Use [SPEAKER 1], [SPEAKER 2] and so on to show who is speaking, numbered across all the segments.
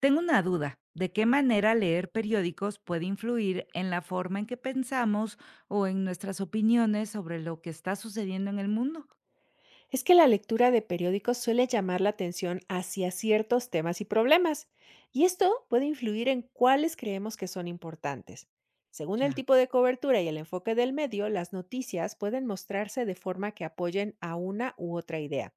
[SPEAKER 1] Tengo una duda. ¿De qué manera leer periódicos puede influir en la forma en que pensamos o en nuestras opiniones sobre lo que está sucediendo en el mundo?
[SPEAKER 2] Es que la lectura de periódicos suele llamar la atención hacia ciertos temas y problemas, y esto puede influir en cuáles creemos que son importantes. Según el
[SPEAKER 1] Ya,
[SPEAKER 2] tipo de cobertura y el enfoque del medio, las noticias pueden mostrarse de forma que apoyen a una u otra idea.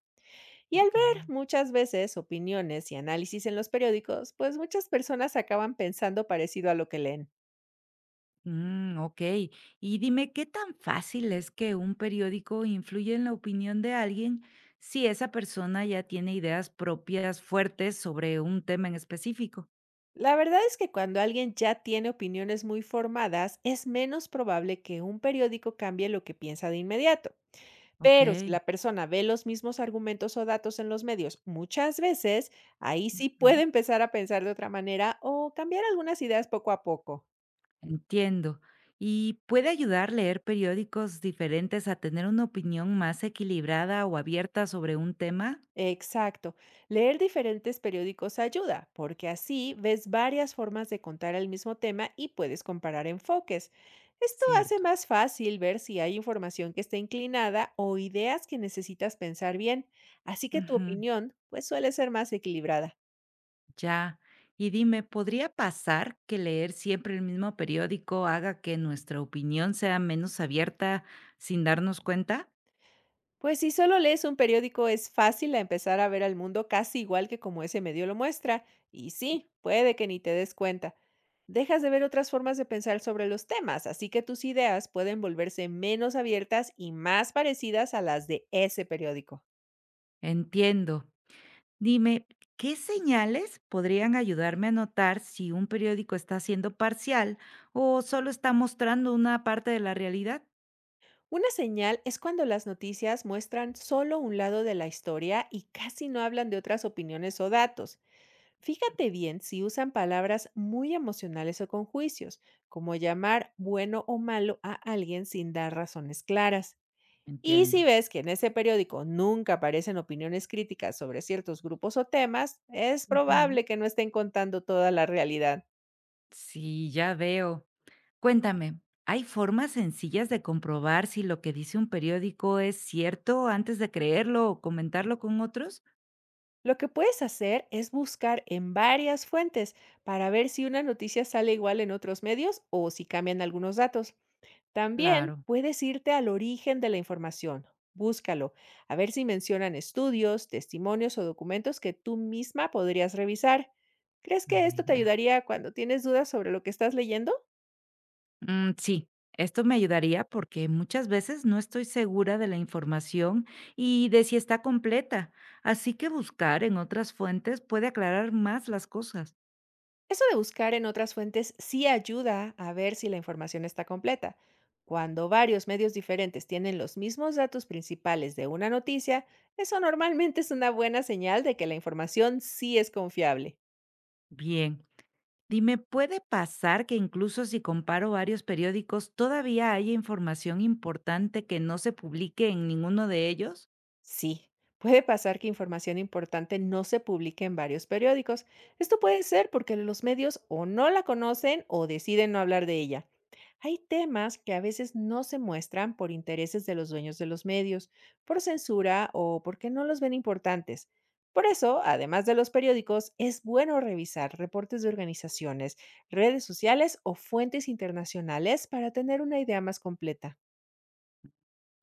[SPEAKER 2] Y al ver
[SPEAKER 1] ok.
[SPEAKER 2] muchas veces opiniones y análisis en los periódicos, pues muchas personas acaban pensando parecido a lo que leen.
[SPEAKER 1] Ok. Y dime, ¿qué tan fácil es que un periódico influya en la opinión de alguien si esa persona ya tiene ideas propias fuertes sobre un tema en específico?
[SPEAKER 2] La verdad es que cuando alguien ya tiene opiniones muy formadas, es menos probable que un periódico cambie lo que piensa de inmediato. Pero si
[SPEAKER 1] Ok.
[SPEAKER 2] la persona ve los mismos argumentos o datos en los medios muchas veces, ahí sí puede empezar a pensar de otra manera o cambiar algunas ideas poco a poco.
[SPEAKER 1] Entiendo. ¿Y puede ayudar leer periódicos diferentes a tener una opinión más equilibrada o abierta sobre un tema?
[SPEAKER 2] Exacto. Leer diferentes periódicos ayuda, porque así ves varias formas de contar el mismo tema y puedes comparar enfoques. Esto hace
[SPEAKER 1] Cierto.
[SPEAKER 2] más fácil ver si hay información que está inclinada o ideas que necesitas pensar bien, así que tu
[SPEAKER 1] Ujú,
[SPEAKER 2] opinión pues suele ser más equilibrada.
[SPEAKER 1] ya. Y dime, ¿podría pasar que leer siempre el mismo periódico haga que nuestra opinión sea menos abierta sin darnos cuenta?
[SPEAKER 2] Pues si solo lees un periódico, es fácil a empezar a ver al mundo casi igual que como ese medio lo muestra, y sí, puede que ni te des cuenta. Dejas de ver otras formas de pensar sobre los temas, así que tus ideas pueden volverse menos abiertas y más parecidas a las de ese periódico.
[SPEAKER 1] Entiendo. Dime, ¿qué señales podrían ayudarme a notar si un periódico está siendo parcial o solo está mostrando una parte de la realidad?
[SPEAKER 2] Una señal es cuando las noticias muestran solo un lado de la historia y casi no hablan de otras opiniones o datos. Fíjate bien si usan palabras muy emocionales o con juicios, como llamar bueno o malo a alguien sin dar razones claras. Y
[SPEAKER 1] Entiendo.
[SPEAKER 2] si ves que en ese periódico nunca aparecen opiniones críticas sobre ciertos grupos o temas, es
[SPEAKER 1] Ujú.
[SPEAKER 2] probable que no estén contando toda la realidad.
[SPEAKER 1] Sí, ya veo. Cuéntame, ¿hay formas sencillas de comprobar si lo que dice un periódico es cierto antes de creerlo o comentarlo con otros?
[SPEAKER 2] Lo que puedes hacer es buscar en varias fuentes para ver si una noticia sale igual en otros medios o si cambian algunos datos. También
[SPEAKER 1] Claro,
[SPEAKER 2] puedes irte al origen de la información. Búscalo, a ver si mencionan estudios, testimonios o documentos que tú misma podrías revisar. ¿Crees que
[SPEAKER 1] buena
[SPEAKER 2] esto te
[SPEAKER 1] idea.
[SPEAKER 2] ayudaría cuando tienes dudas sobre lo que estás leyendo?
[SPEAKER 1] Sí, esto me ayudaría porque muchas veces no estoy segura de la información y de si está completa, así que buscar en otras fuentes puede aclarar más las cosas.
[SPEAKER 2] Eso de buscar en otras fuentes sí ayuda a ver si la información está completa. Cuando varios medios diferentes tienen los mismos datos principales de una noticia, eso normalmente es una buena señal de que la información sí es confiable.
[SPEAKER 1] Bien. Dime, ¿puede pasar que incluso si comparo varios periódicos, todavía haya información importante que no se publique en ninguno de ellos?
[SPEAKER 2] Sí, puede pasar que información importante no se publique en varios periódicos. Esto puede ser porque los medios o no la conocen o deciden no hablar de ella. Hay temas que a veces no se muestran por intereses de los dueños de los medios, por censura o porque no los ven importantes. Por eso, además de los periódicos, es bueno revisar reportes de organizaciones, redes sociales o fuentes internacionales para tener una idea más completa.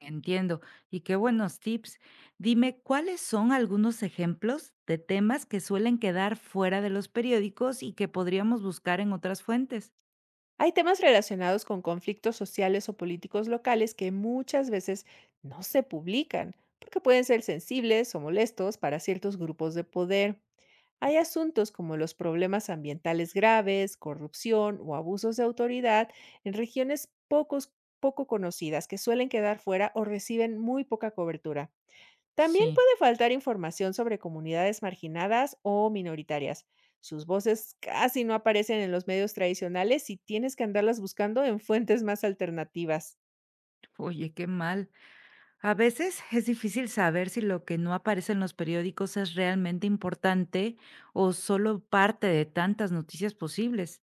[SPEAKER 1] Entiendo. Y qué buenos tips. Dime, ¿cuáles son algunos ejemplos de temas que suelen quedar fuera de los periódicos y que podríamos buscar en otras fuentes?
[SPEAKER 2] Hay temas relacionados con conflictos sociales o políticos locales que muchas veces no se publican porque pueden ser sensibles o molestos para ciertos grupos de poder. Hay asuntos como los problemas ambientales graves, corrupción o abusos de autoridad en regiones poco conocidas que suelen quedar fuera o reciben muy poca cobertura. También
[SPEAKER 1] Sí.
[SPEAKER 2] puede faltar información sobre comunidades marginadas o minoritarias. Sus voces casi no aparecen en los medios tradicionales y tienes que andarlas buscando en fuentes más alternativas.
[SPEAKER 1] Oye, qué mal. A veces es difícil saber si lo que no aparece en los periódicos es realmente importante o solo parte de tantas noticias posibles.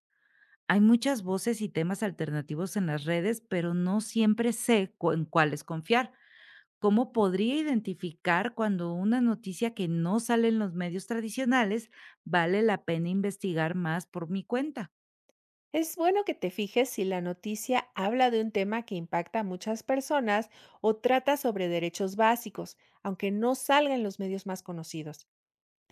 [SPEAKER 1] Hay muchas voces y temas alternativos en las redes, pero no siempre sé en cuáles confiar. ¿Cómo podría identificar cuando una noticia que no sale en los medios tradicionales vale la pena investigar más por mi cuenta?
[SPEAKER 2] Es bueno que te fijes si la noticia habla de un tema que impacta a muchas personas o trata sobre derechos básicos, aunque no salga en los medios más conocidos.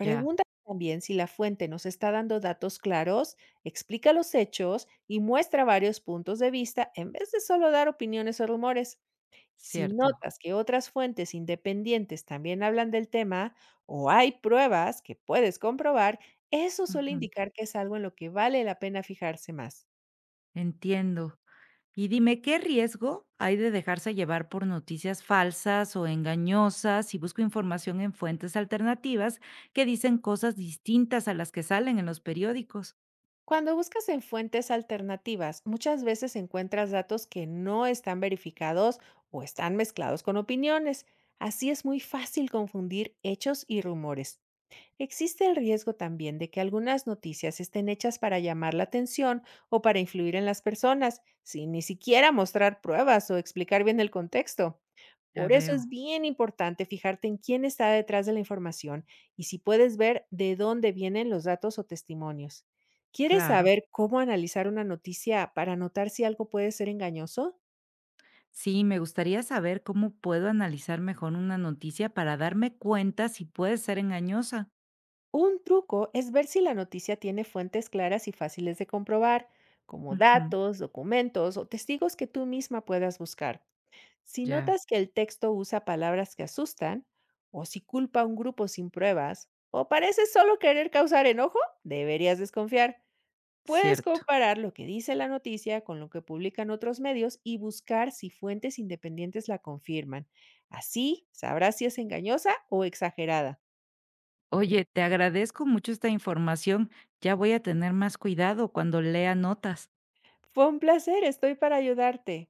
[SPEAKER 1] Ya,
[SPEAKER 2] también si la fuente nos está dando datos claros, explica los hechos y muestra varios puntos de vista en vez de solo dar opiniones o rumores. Si
[SPEAKER 1] cierto.
[SPEAKER 2] notas que otras fuentes independientes también hablan del tema o hay pruebas que puedes comprobar, eso suele
[SPEAKER 1] Ujú,
[SPEAKER 2] indicar que es algo en lo que vale la pena fijarse más.
[SPEAKER 1] entiendo. Y dime, ¿qué riesgo hay de dejarse llevar por noticias falsas o engañosas si busco información en fuentes alternativas que dicen cosas distintas a las que salen en los periódicos?
[SPEAKER 2] Cuando buscas en fuentes alternativas, muchas veces encuentras datos que no están verificados o están mezclados con opiniones. Así es muy fácil confundir hechos y rumores. Existe el riesgo también de que algunas noticias estén hechas para llamar la atención o para influir en las personas, sin ni siquiera mostrar pruebas o explicar bien el contexto.
[SPEAKER 1] Ya
[SPEAKER 2] Por eso
[SPEAKER 1] veo.
[SPEAKER 2] es bien importante fijarte en quién está detrás de la información y si puedes ver de dónde vienen los datos o testimonios. ¿Quieres
[SPEAKER 1] Claro.
[SPEAKER 2] saber cómo analizar una noticia para notar si algo puede ser engañoso?
[SPEAKER 1] Sí, me gustaría saber cómo puedo analizar mejor una noticia para darme cuenta si puede ser engañosa.
[SPEAKER 2] Un truco es ver si la noticia tiene fuentes claras y fáciles de comprobar, como
[SPEAKER 1] Ujú,
[SPEAKER 2] datos, documentos o testigos que tú misma puedas buscar. Si
[SPEAKER 1] ya,
[SPEAKER 2] notas que el texto usa palabras que asustan, o si culpa a un grupo sin pruebas, o parece solo querer causar enojo, deberías desconfiar. Puedes
[SPEAKER 1] cierto.
[SPEAKER 2] comparar lo que dice la noticia con lo que publican otros medios y buscar si fuentes independientes la confirman. Así sabrás si es engañosa o exagerada.
[SPEAKER 1] Oye, te agradezco mucho esta información. Ya voy a tener más cuidado cuando lea notas.
[SPEAKER 2] Fue un placer, estoy para ayudarte.